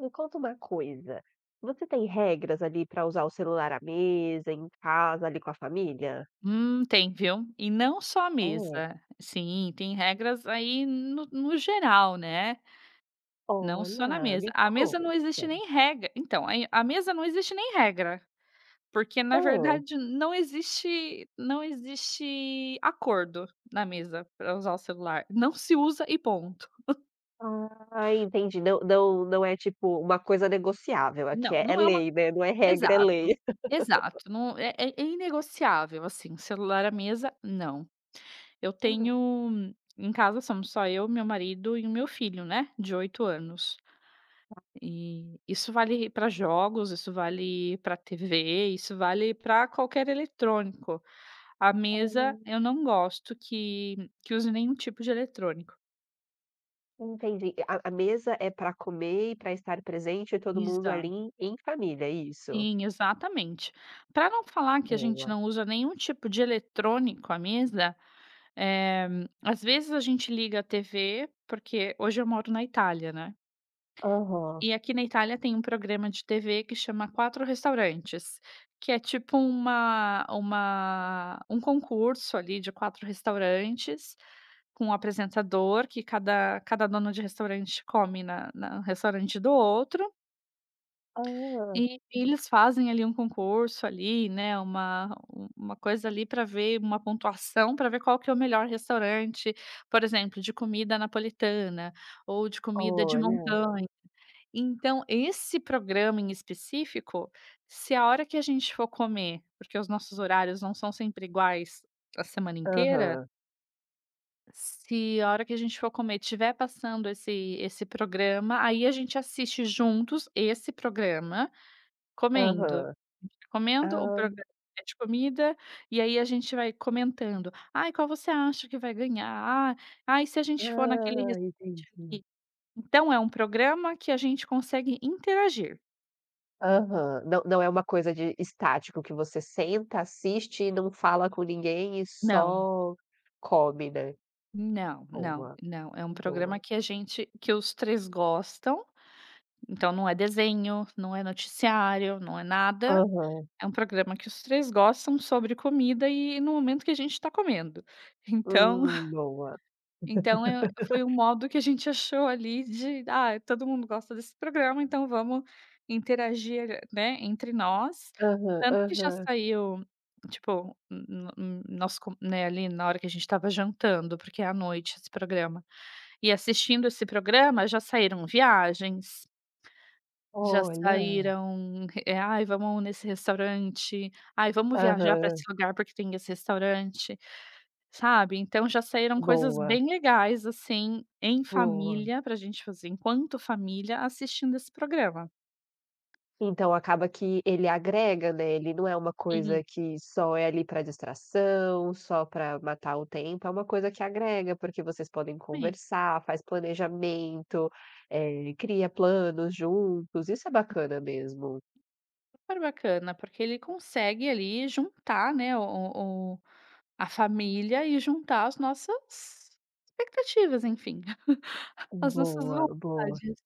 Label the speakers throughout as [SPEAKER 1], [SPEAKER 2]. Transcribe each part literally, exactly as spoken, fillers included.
[SPEAKER 1] Me conta uma coisa, você tem regras ali para usar o celular à mesa, em casa, ali com a família?
[SPEAKER 2] Hum, tem, viu. E não só à
[SPEAKER 1] É?
[SPEAKER 2] mesa. Sim, tem regras aí no no geral, né, não só na
[SPEAKER 1] Olha,
[SPEAKER 2] mesa.
[SPEAKER 1] me
[SPEAKER 2] A mesa não existe
[SPEAKER 1] conta.
[SPEAKER 2] nem regra então, aí a mesa não existe nem regra, porque na
[SPEAKER 1] Hã.
[SPEAKER 2] verdade não existe não existe acordo na mesa para usar o celular. Não se usa e ponto.
[SPEAKER 1] Ah, entendi, não não não é tipo uma coisa negociável, aqui
[SPEAKER 2] Não,
[SPEAKER 1] é é
[SPEAKER 2] não é uma
[SPEAKER 1] lei, né, não é regra, é
[SPEAKER 2] Exato,
[SPEAKER 1] lei.
[SPEAKER 2] exato, não é é é inegociável, assim, celular à mesa, não. Eu
[SPEAKER 1] Hã,
[SPEAKER 2] tenho em casa somos só eu, meu marido e o meu filho, né, de oito anos. E isso vale para jogos, isso vale pra T V, isso vale para qualquer eletrônico. A
[SPEAKER 1] hã,
[SPEAKER 2] mesa eu não gosto que que use nenhum tipo de eletrônico.
[SPEAKER 1] entendi. A a mesa é para comer e para estar presente todo mundo ali
[SPEAKER 2] Exato.
[SPEAKER 1] em em família, é isso?
[SPEAKER 2] Sim, exatamente. Para não falar que a gente
[SPEAKER 1] Boa.
[SPEAKER 2] não usa nenhum tipo de eletrônico à mesa. Eh, Às vezes a gente liga a T V, porque hoje eu moro na Itália, né,
[SPEAKER 1] Aham.
[SPEAKER 2] e aqui na Itália tem um programa de T V que chama Quatro Restaurantes, que é tipo uma uma um concurso ali de quatro restaurantes, com um apresentador que cada cada dono de restaurante come na na no restaurante do outro.
[SPEAKER 1] Ah,
[SPEAKER 2] E eles fazem ali um concurso ali, né, uma um, uma coisa ali pra ver uma pontuação pra ver qual que é o melhor restaurante, por exemplo, de comida napolitana ou de comida de
[SPEAKER 1] olha.
[SPEAKER 2] montanha. Então esse programa em específico, se a hora que a gente for comer, porque os nossos horários não são sempre iguais a semana inteira,
[SPEAKER 1] Aham,
[SPEAKER 2] se a hora que a gente for comer tiver passando esse esse programa, aí a gente assiste juntos esse programa. Comendo.
[SPEAKER 1] aham.
[SPEAKER 2] A gente vai comendo, o
[SPEAKER 1] Ah.
[SPEAKER 2] programa é de comida, e aí a gente vai comentando: "Ai, qual você acha que vai ganhar? Ah, ai, se a gente for naquele
[SPEAKER 1] Ah,
[SPEAKER 2] restaurante
[SPEAKER 1] entendi.
[SPEAKER 2] ali". Então é um programa que a gente consegue interagir.
[SPEAKER 1] Aham. Não não é uma coisa de estático que você senta, assiste e não fala com ninguém e
[SPEAKER 2] Não,
[SPEAKER 1] só come, né.
[SPEAKER 2] não, não,
[SPEAKER 1] Boa,
[SPEAKER 2] não. É um programa
[SPEAKER 1] boa.
[SPEAKER 2] que a gente que os três gostam, então não é desenho, não é noticiário, não é nada.
[SPEAKER 1] Aham.
[SPEAKER 2] É um programa que os três gostam sobre comida e no momento que a gente está comendo. Então
[SPEAKER 1] Hum, boa.
[SPEAKER 2] Então eu foi um modo que a gente achou ali de: "Ah, todo mundo gosta desse programa, então vamos interagir, né, entre nós".
[SPEAKER 1] Aham,
[SPEAKER 2] Tanto que já
[SPEAKER 1] aham.
[SPEAKER 2] saiu, tipo, no no nosso com né, ali na hora que a gente estava jantando, porque é à noite esse programa. E assistindo esse programa já saíram viagens, já
[SPEAKER 1] Olha.
[SPEAKER 2] saíram, eh: "Ai, vamos nesse restaurante. Ai, vamos viajar para
[SPEAKER 1] Aham.
[SPEAKER 2] esse lugar porque tem esse restaurante". Sabe, então já saíram coisas
[SPEAKER 1] Boa,
[SPEAKER 2] bem legais, assim, em
[SPEAKER 1] boa.
[SPEAKER 2] família, pra gente fazer enquanto família, assistindo esse programa.
[SPEAKER 1] Então acaba que ele agrega, né, ele não é uma
[SPEAKER 2] Sim.
[SPEAKER 1] coisa que só é ali para distração, só para matar o tempo, é uma coisa que agrega, porque vocês podem
[SPEAKER 2] Sim,
[SPEAKER 1] conversar, faz planejamento, eh, cria planos juntos, isso é bacana mesmo.
[SPEAKER 2] super bacana, porque ele consegue ali juntar, né, o o a família e juntar as nossas expectativas, enfim, as nossas
[SPEAKER 1] Boa, boa.
[SPEAKER 2] vontades.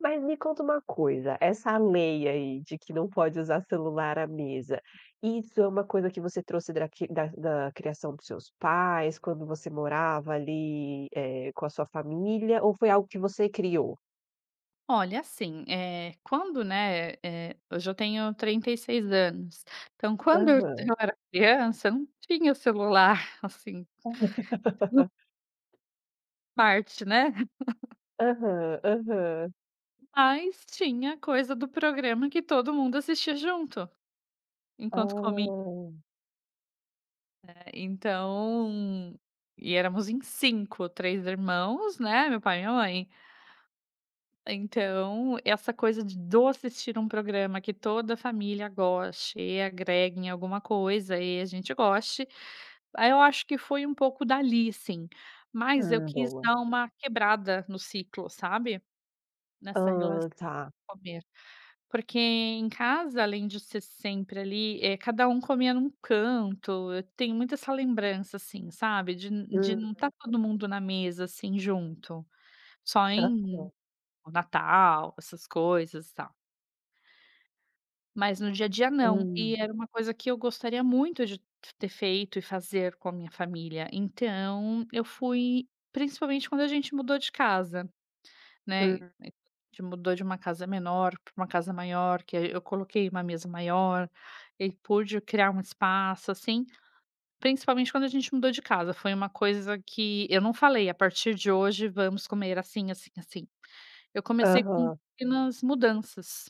[SPEAKER 1] Mas me conta uma coisa, essa lei aí de que não pode usar celular à mesa, isso é uma coisa que você trouxe draqui da da criação dos seus pais, quando você morava ali, eh, com a sua família, ou foi algo que você criou?
[SPEAKER 2] Olha, assim, é quando, né, eh, hoje eu tenho trinta e seis anos, então quando eu
[SPEAKER 1] Aham.
[SPEAKER 2] eu era criança, não tinha celular, assim, no parte, né?
[SPEAKER 1] Aham, aham.
[SPEAKER 2] Mas tinha coisa do programa que todo mundo assistia junto, enquanto comia.
[SPEAKER 1] Ah.
[SPEAKER 2] Então e éramos em cinco, três irmãos, né, meu pai e minha mãe. Então, essa coisa de do assistir um programa que toda a família goste e agregue em alguma coisa e a gente goste, aí eu acho que foi um pouco dali, sim. Mas eu
[SPEAKER 1] Hum,
[SPEAKER 2] quis
[SPEAKER 1] boa.
[SPEAKER 2] dar uma quebrada no ciclo, sabe, nessa relação.
[SPEAKER 1] Hã, tá.
[SPEAKER 2] Comer. Porque em casa, além de ser sempre ali, eh, cada um comia num canto, eu tenho muito essa lembrança, assim, sabe, de n- de
[SPEAKER 1] Hum,
[SPEAKER 2] não estar todo mundo na mesa, assim, junto, só
[SPEAKER 1] aham.
[SPEAKER 2] em Natal, essas coisas, e tal. Mas no dia a dia não, e
[SPEAKER 1] Hum,
[SPEAKER 2] era uma coisa que eu gostaria muito de ter feito e fazer com a minha família, então eu fui principalmente quando a gente mudou de casa. Né,
[SPEAKER 1] hum,
[SPEAKER 2] a gente mudou de uma casa menor para uma casa maior, que aí eu coloquei uma mesa maior, e pude criar um espaço, assim, principalmente quando a gente mudou de casa, foi uma coisa que eu não falei: "A partir de hoje vamos comer assim, assim, assim". Eu comecei com
[SPEAKER 1] aham.
[SPEAKER 2] pequenas mudanças,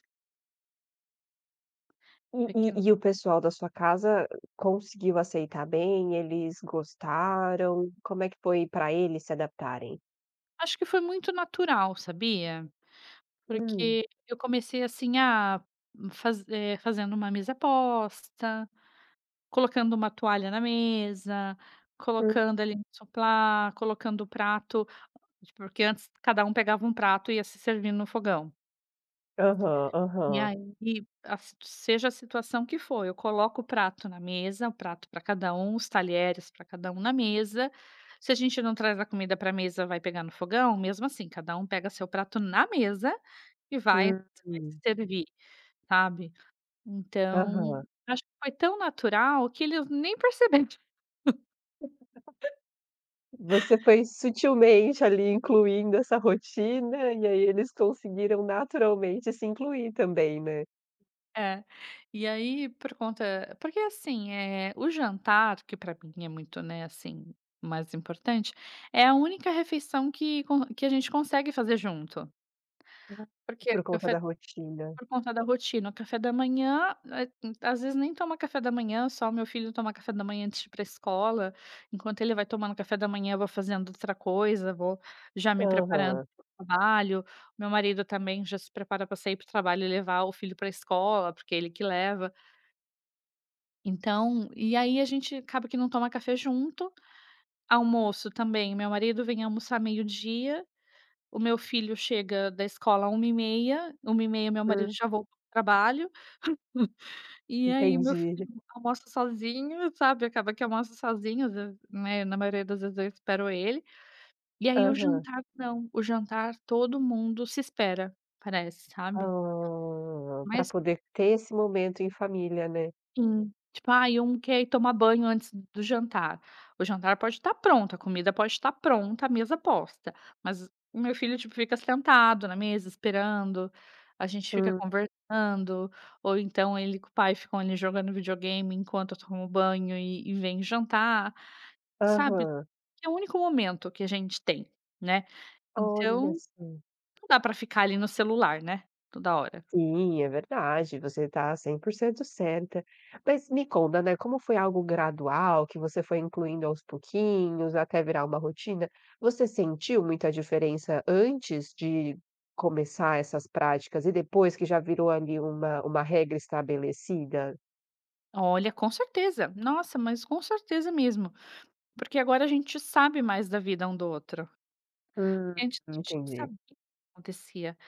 [SPEAKER 1] E e
[SPEAKER 2] pequen
[SPEAKER 1] e o pessoal da sua casa conseguiu aceitar bem? Eles gostaram? Como é que foi para eles se adaptarem?
[SPEAKER 2] acho que foi muito natural, sabia?
[SPEAKER 1] Hum,
[SPEAKER 2] Porque eu comecei assim a faz eh, fazendo uma mesa posta. Colocando uma toalha na mesa,
[SPEAKER 1] hum,
[SPEAKER 2] colocando ali um soprar, colocando o prato, tipo, porque antes cada um pegava um prato e ia se servindo no fogão.
[SPEAKER 1] aham,
[SPEAKER 2] E
[SPEAKER 1] aham,
[SPEAKER 2] aí, a si seja a situação que for, eu coloco o prato na mesa, o prato para cada um, os talheres para cada um na mesa. Se a gente não traz a comida para a mesa, vai pegar no fogão, mesmo assim, cada um pega seu prato na mesa e vai
[SPEAKER 1] hum,
[SPEAKER 2] vai se
[SPEAKER 1] hum,
[SPEAKER 2] servir, sabe. Então,
[SPEAKER 1] aham.
[SPEAKER 2] acho que foi tão natural que eles nem perceberam.
[SPEAKER 1] Você foi sutilmente ali incluindo essa rotina, e aí eles conseguiram naturalmente se incluir também, né?
[SPEAKER 2] É. E aí, por conta porque assim, é o jantar, que pra mim é muito, né, assim, mais importante, é a única refeição que con que a gente consegue fazer junto.
[SPEAKER 1] Ah,
[SPEAKER 2] Porque o
[SPEAKER 1] por conta
[SPEAKER 2] café
[SPEAKER 1] da rotina.
[SPEAKER 2] por conta da rotina, o café da manhã, eh, às vezes nem toma café da manhã, só o meu filho toma café da manhã antes de ir pra escola. Enquanto ele vai tomando café da manhã, eu vou fazendo outra coisa, vou já me preparando
[SPEAKER 1] Aham,
[SPEAKER 2] para o trabalho. Meu marido também já se prepara para sair para o trabalho e levar o filho pra escola, porque é ele que leva. Então, e aí a gente acaba que não toma café junto, almoço também, meu marido vem almoçar meio-dia, o meu filho chega da escola uma e meia, uma e meia meu
[SPEAKER 1] hum,
[SPEAKER 2] marido já voltou para trabalho, e aí meu
[SPEAKER 1] entendi.
[SPEAKER 2] filho almoça sozinho, sabe, acaba que almoça sozinho, às vezes, né, na maioria das vezes eu espero ele, e aí o
[SPEAKER 1] Aham.
[SPEAKER 2] jantar não, o jantar todo mundo se espera, parece, sabe.
[SPEAKER 1] Ah, pra
[SPEAKER 2] Mas
[SPEAKER 1] poder ter esse momento em família, né?
[SPEAKER 2] Sim. Tipo, ai, um quer ir tomar banho antes do jantar. O jantar pode estar pronto, a comida pode estar pronta, a mesa posta, mas o meu filho, tipo, fica sentado na mesa esperando, a gente fica
[SPEAKER 1] Hum.
[SPEAKER 2] conversando, ou então ele com o pai ficam ali jogando videogame enquanto eu tomo banho e e vem jantar, sabe.
[SPEAKER 1] Aham.
[SPEAKER 2] É o único momento que a gente tem, né.
[SPEAKER 1] Olha
[SPEAKER 2] Então,
[SPEAKER 1] só.
[SPEAKER 2] não dá pra ficar ali no celular, né, toda hora.
[SPEAKER 1] Sim, é verdade, você está cem por cento certa. Mas me conta, né, como foi algo gradual, que você foi incluindo aos pouquinhos, até virar uma rotina, você sentiu muita diferença antes de começar essas práticas e depois que já virou ali uma uma regra estabelecida?
[SPEAKER 2] Olha, com certeza. Nossa, mas com certeza mesmo. Porque agora a gente sabe mais da vida um do outro.
[SPEAKER 1] Hum,
[SPEAKER 2] Antes a gente não
[SPEAKER 1] entendi.
[SPEAKER 2] sabia o que acontecia.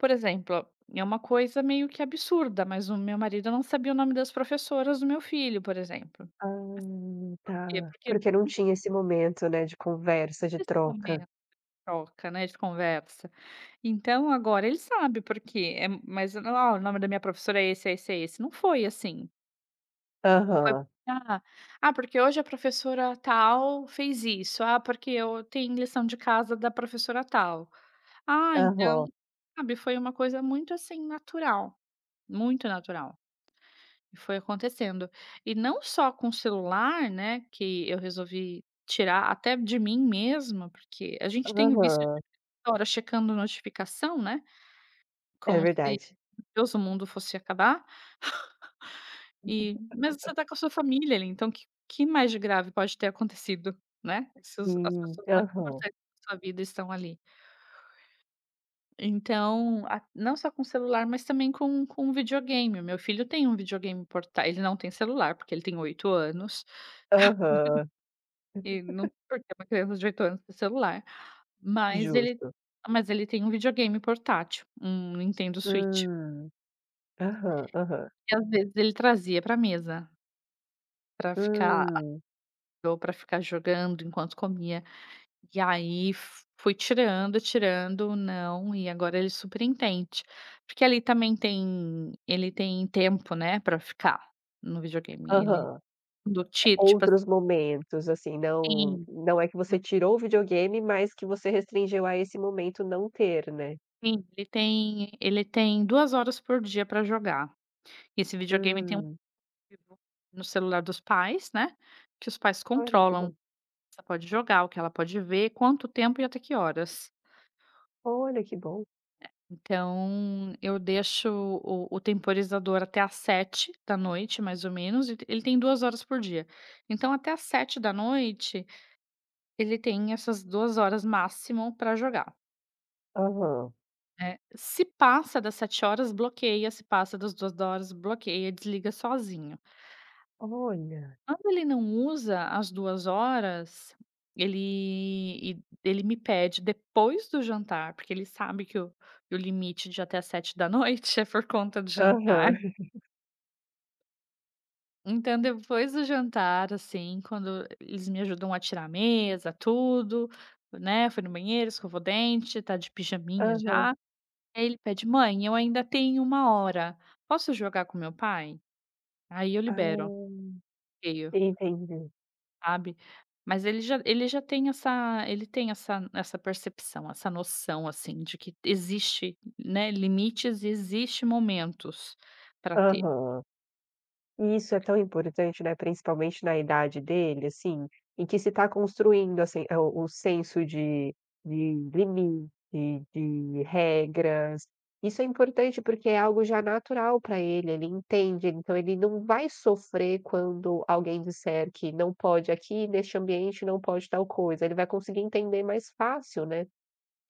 [SPEAKER 2] Por exemplo, é uma coisa meio que absurda, mas o meu marido não sabia o nome das professoras do meu filho, por exemplo.
[SPEAKER 1] Ah,
[SPEAKER 2] Por quê?
[SPEAKER 1] tá.
[SPEAKER 2] Porque
[SPEAKER 1] Porque não tinha esse momento, né, de conversa, de
[SPEAKER 2] nesse
[SPEAKER 1] troca.
[SPEAKER 2] momento de troca, né, de conversa. Então agora ele sabe porque é mas, "Ah, o nome da minha professora é esse, é esse, é esse". Não foi assim. Foi:
[SPEAKER 1] Aham,
[SPEAKER 2] "Ah, ah, porque hoje a professora tal fez isso. Ah, porque eu tenho lição de casa da professora tal. Ah, então".
[SPEAKER 1] aham,
[SPEAKER 2] Sabe, foi uma coisa muito, assim, natural, muito natural, e foi acontecendo. E não só com o celular, né, que eu resolvi tirar até de mim mesma, porque a gente tem o vício de
[SPEAKER 1] aham.
[SPEAKER 2] toda hora checando notificação, né,
[SPEAKER 1] É
[SPEAKER 2] como se,
[SPEAKER 1] verdade.
[SPEAKER 2] Deus, o mundo fosse acabar, e mas você tá com a sua família ali, então que que mais de grave pode ter acontecido, né, se os as
[SPEAKER 1] Hum,
[SPEAKER 2] pessoas mais
[SPEAKER 1] aham,
[SPEAKER 2] importantes da sua vida estão ali. Então, a não só com celular, mas também com com videogame. O meu filho tem um videogame portátil, ele não tem celular, porque ele tem oito anos,
[SPEAKER 1] aham,
[SPEAKER 2] e não porque é uma criança de oito anos tem celular, mas ele
[SPEAKER 1] justo.
[SPEAKER 2] mas ele tem um videogame portátil, um Nintendo Switch,
[SPEAKER 1] Hum, aham, aham,
[SPEAKER 2] e às vezes ele trazia para mesa, para ficar
[SPEAKER 1] hum,
[SPEAKER 2] ou para ficar jogando enquanto comia. E aí f fui tirando, tirando, não, e agora ele super entende. Porque ali também tem ele tem tempo, né, pra ficar no videogame, ele
[SPEAKER 1] aham.
[SPEAKER 2] do
[SPEAKER 1] É
[SPEAKER 2] ti tipo
[SPEAKER 1] outros momentos, assim, não
[SPEAKER 2] assim,
[SPEAKER 1] não é que você tirou o videogame, mas que você restringiu a esse momento não ter, né.
[SPEAKER 2] assim, ele tem ele tem duas horas por dia pra jogar. E Esse videogame tem um
[SPEAKER 1] Hum,
[SPEAKER 2] aplicativo no celular dos pais, né, que os pais
[SPEAKER 1] olha que
[SPEAKER 2] controlam,
[SPEAKER 1] bom,
[SPEAKER 2] ela pode jogar, o que ela pode ver, quanto tempo e até que horas.
[SPEAKER 1] olha que bom.
[SPEAKER 2] Então, eu deixo o o temporizador até às sete da noite, mais ou menos, e ele tem duas horas por dia. Então até às sete da noite ele tem essas duas horas máximo para jogar,
[SPEAKER 1] Aham,
[SPEAKER 2] né. Se passa das sete horas, bloqueia, se passa das duas horas, bloqueia, desliga sozinho.
[SPEAKER 1] olha.
[SPEAKER 2] Quando ele não usa as duas horas, ele e ele me pede depois do jantar, porque ele sabe que o o limite de até às sete da noite é por conta do jantar.
[SPEAKER 1] Aham,
[SPEAKER 2] Então, depois do jantar, assim, quando eles me ajudam a tirar a mesa, tudo, né, foi no banheiro, escovou o dente, tá de pijaminha
[SPEAKER 1] aham.
[SPEAKER 2] já. Aí ele pede: "Mãe, eu ainda tenho uma hora, posso jogar com meu pai?". Aí eu libero,
[SPEAKER 1] Ah,
[SPEAKER 2] meio,
[SPEAKER 1] entendi.
[SPEAKER 2] sabe. Mas ele já ele já tem essa ele tem essa essa percepção, essa noção, assim, de que existe, né, limites e existe momentos para ter.
[SPEAKER 1] Aham. E isso é tão importante, né, principalmente na idade dele, assim, em que se está construindo, assim, eh, o o senso de de limite, de regras. Isso é importante, porque é algo já natural para ele, ele entende, então ele não vai sofrer quando alguém disser que não pode aqui, neste ambiente, não pode tal coisa, ele vai conseguir entender mais fácil, né.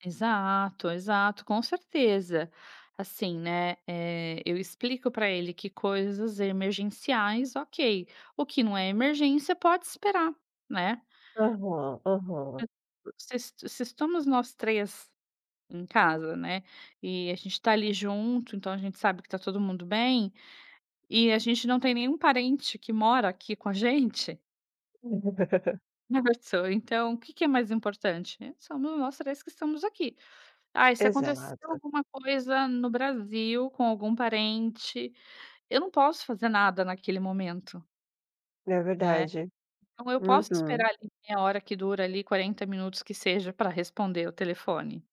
[SPEAKER 2] Exato, exato, com certeza. Assim, né, eh, eu explico para ele que coisas emergenciais, ok, o que não é emergência pode esperar, né.
[SPEAKER 1] Aham, aham.
[SPEAKER 2] Se es se estamos nós três em casa, né, e a gente tá ali junto, então a gente sabe que tá todo mundo bem, e a gente não tem nenhum parente que mora aqui com a gente, né, pessoa? Então o que que é mais importante? Somos nós três que estamos aqui. Ai, se acontecer
[SPEAKER 1] Exato,
[SPEAKER 2] alguma coisa no Brasil com algum parente, eu não posso fazer nada naquele momento,
[SPEAKER 1] é
[SPEAKER 2] né.
[SPEAKER 1] verdade.
[SPEAKER 2] Então eu posso
[SPEAKER 1] Uhum,
[SPEAKER 2] esperar ali meia hora que dura ali, quarenta minutos que seja para responder o telefone,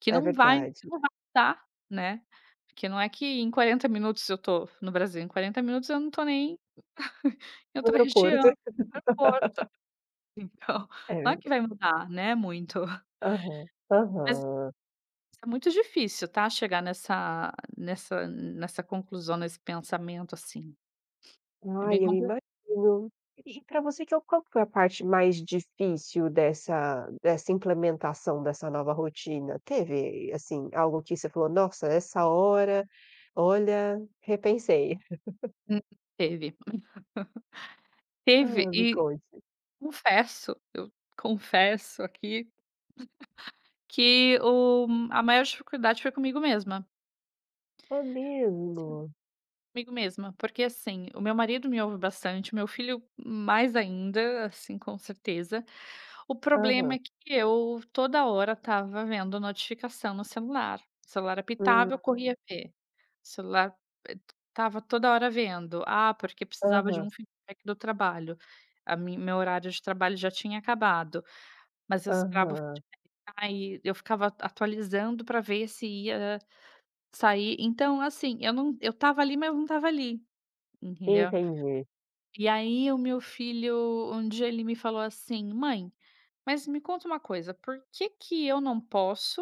[SPEAKER 2] que
[SPEAKER 1] é
[SPEAKER 2] não vai
[SPEAKER 1] verdade.
[SPEAKER 2] não vai mudar, né. Porque não é que em quarenta minutos eu tô no Brasil, em quarenta minutos eu não tô nem em
[SPEAKER 1] No
[SPEAKER 2] outra região,
[SPEAKER 1] aeroporto.
[SPEAKER 2] em outro aeroporto, então
[SPEAKER 1] É
[SPEAKER 2] não é que
[SPEAKER 1] verda
[SPEAKER 2] vai mudar, né, muito.
[SPEAKER 1] aham,
[SPEAKER 2] Mas
[SPEAKER 1] aham.
[SPEAKER 2] É muito difícil, tá, chegar nessa nessa nessa conclusão, nesse pensamento, assim. É bem
[SPEAKER 1] Ai, eu
[SPEAKER 2] compli
[SPEAKER 1] imagino. E pra você que é o qual que foi a parte mais difícil dessa dessa implementação dessa nova rotina? Teve, assim, algo que você falou: "Nossa, essa hora, olha, repensei"?
[SPEAKER 2] Hum. Teve, teve
[SPEAKER 1] Hã, me
[SPEAKER 2] e
[SPEAKER 1] conte.
[SPEAKER 2] confesso, eu confesso aqui, que o a maior dificuldade foi comigo mesma.
[SPEAKER 1] É
[SPEAKER 2] Sim,
[SPEAKER 1] mesmo?
[SPEAKER 2] comigo mesma, porque, assim, o meu marido me ouve bastante, meu filho mais ainda, assim, com certeza. O problema
[SPEAKER 1] Aham.
[SPEAKER 2] é que eu toda hora tava vendo notificação no celular. O celular apitava, eu
[SPEAKER 1] Hum.
[SPEAKER 2] corria ver. Celular, eh, estava toda hora vendo. Ah, porque precisava de um
[SPEAKER 1] Aham,
[SPEAKER 2] feedback do trabalho. A mi meu horário de trabalho já tinha acabado, mas eu esperava o
[SPEAKER 1] aham.
[SPEAKER 2] feedback. Aí eu ficava atualizando pra ver se ia sair. Então, assim, eu não eu estava ali, mas eu não estava ali, entendeu.
[SPEAKER 1] Entendi.
[SPEAKER 2] E aí o meu filho, um dia ele me falou assim: "Mãe, mas me conta uma coisa, por que que eu não posso,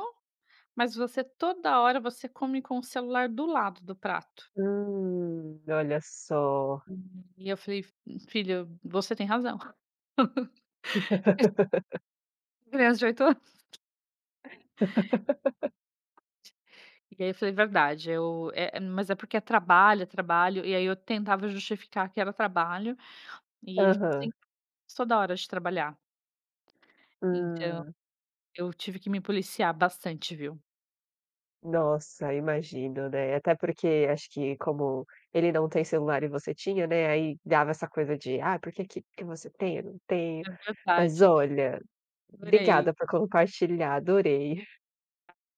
[SPEAKER 2] mas você toda hora você come com o celular do lado do prato?".
[SPEAKER 1] Hum, olha só.
[SPEAKER 2] E eu falei: "Filho, você tem razão". Criança de oito anos. E aí eu falei: "Verdade, eu é é mas é porque é trabalho, é trabalho". E aí eu tentava justificar que era trabalho, e ele
[SPEAKER 1] Aham.
[SPEAKER 2] sempre toda hora de trabalhar. Então
[SPEAKER 1] Hum.
[SPEAKER 2] eu tive que me policiar bastante, viu.
[SPEAKER 1] Nossa, imagino, né. Até porque acho que como ele não tem celular e você tinha, né, aí dava essa coisa de: "Ah, por que que que você tem? Eu não tenho".
[SPEAKER 2] É
[SPEAKER 1] Mas
[SPEAKER 2] verdade.
[SPEAKER 1] olha,
[SPEAKER 2] Adorei.
[SPEAKER 1] obrigada por compartilhar, adorei.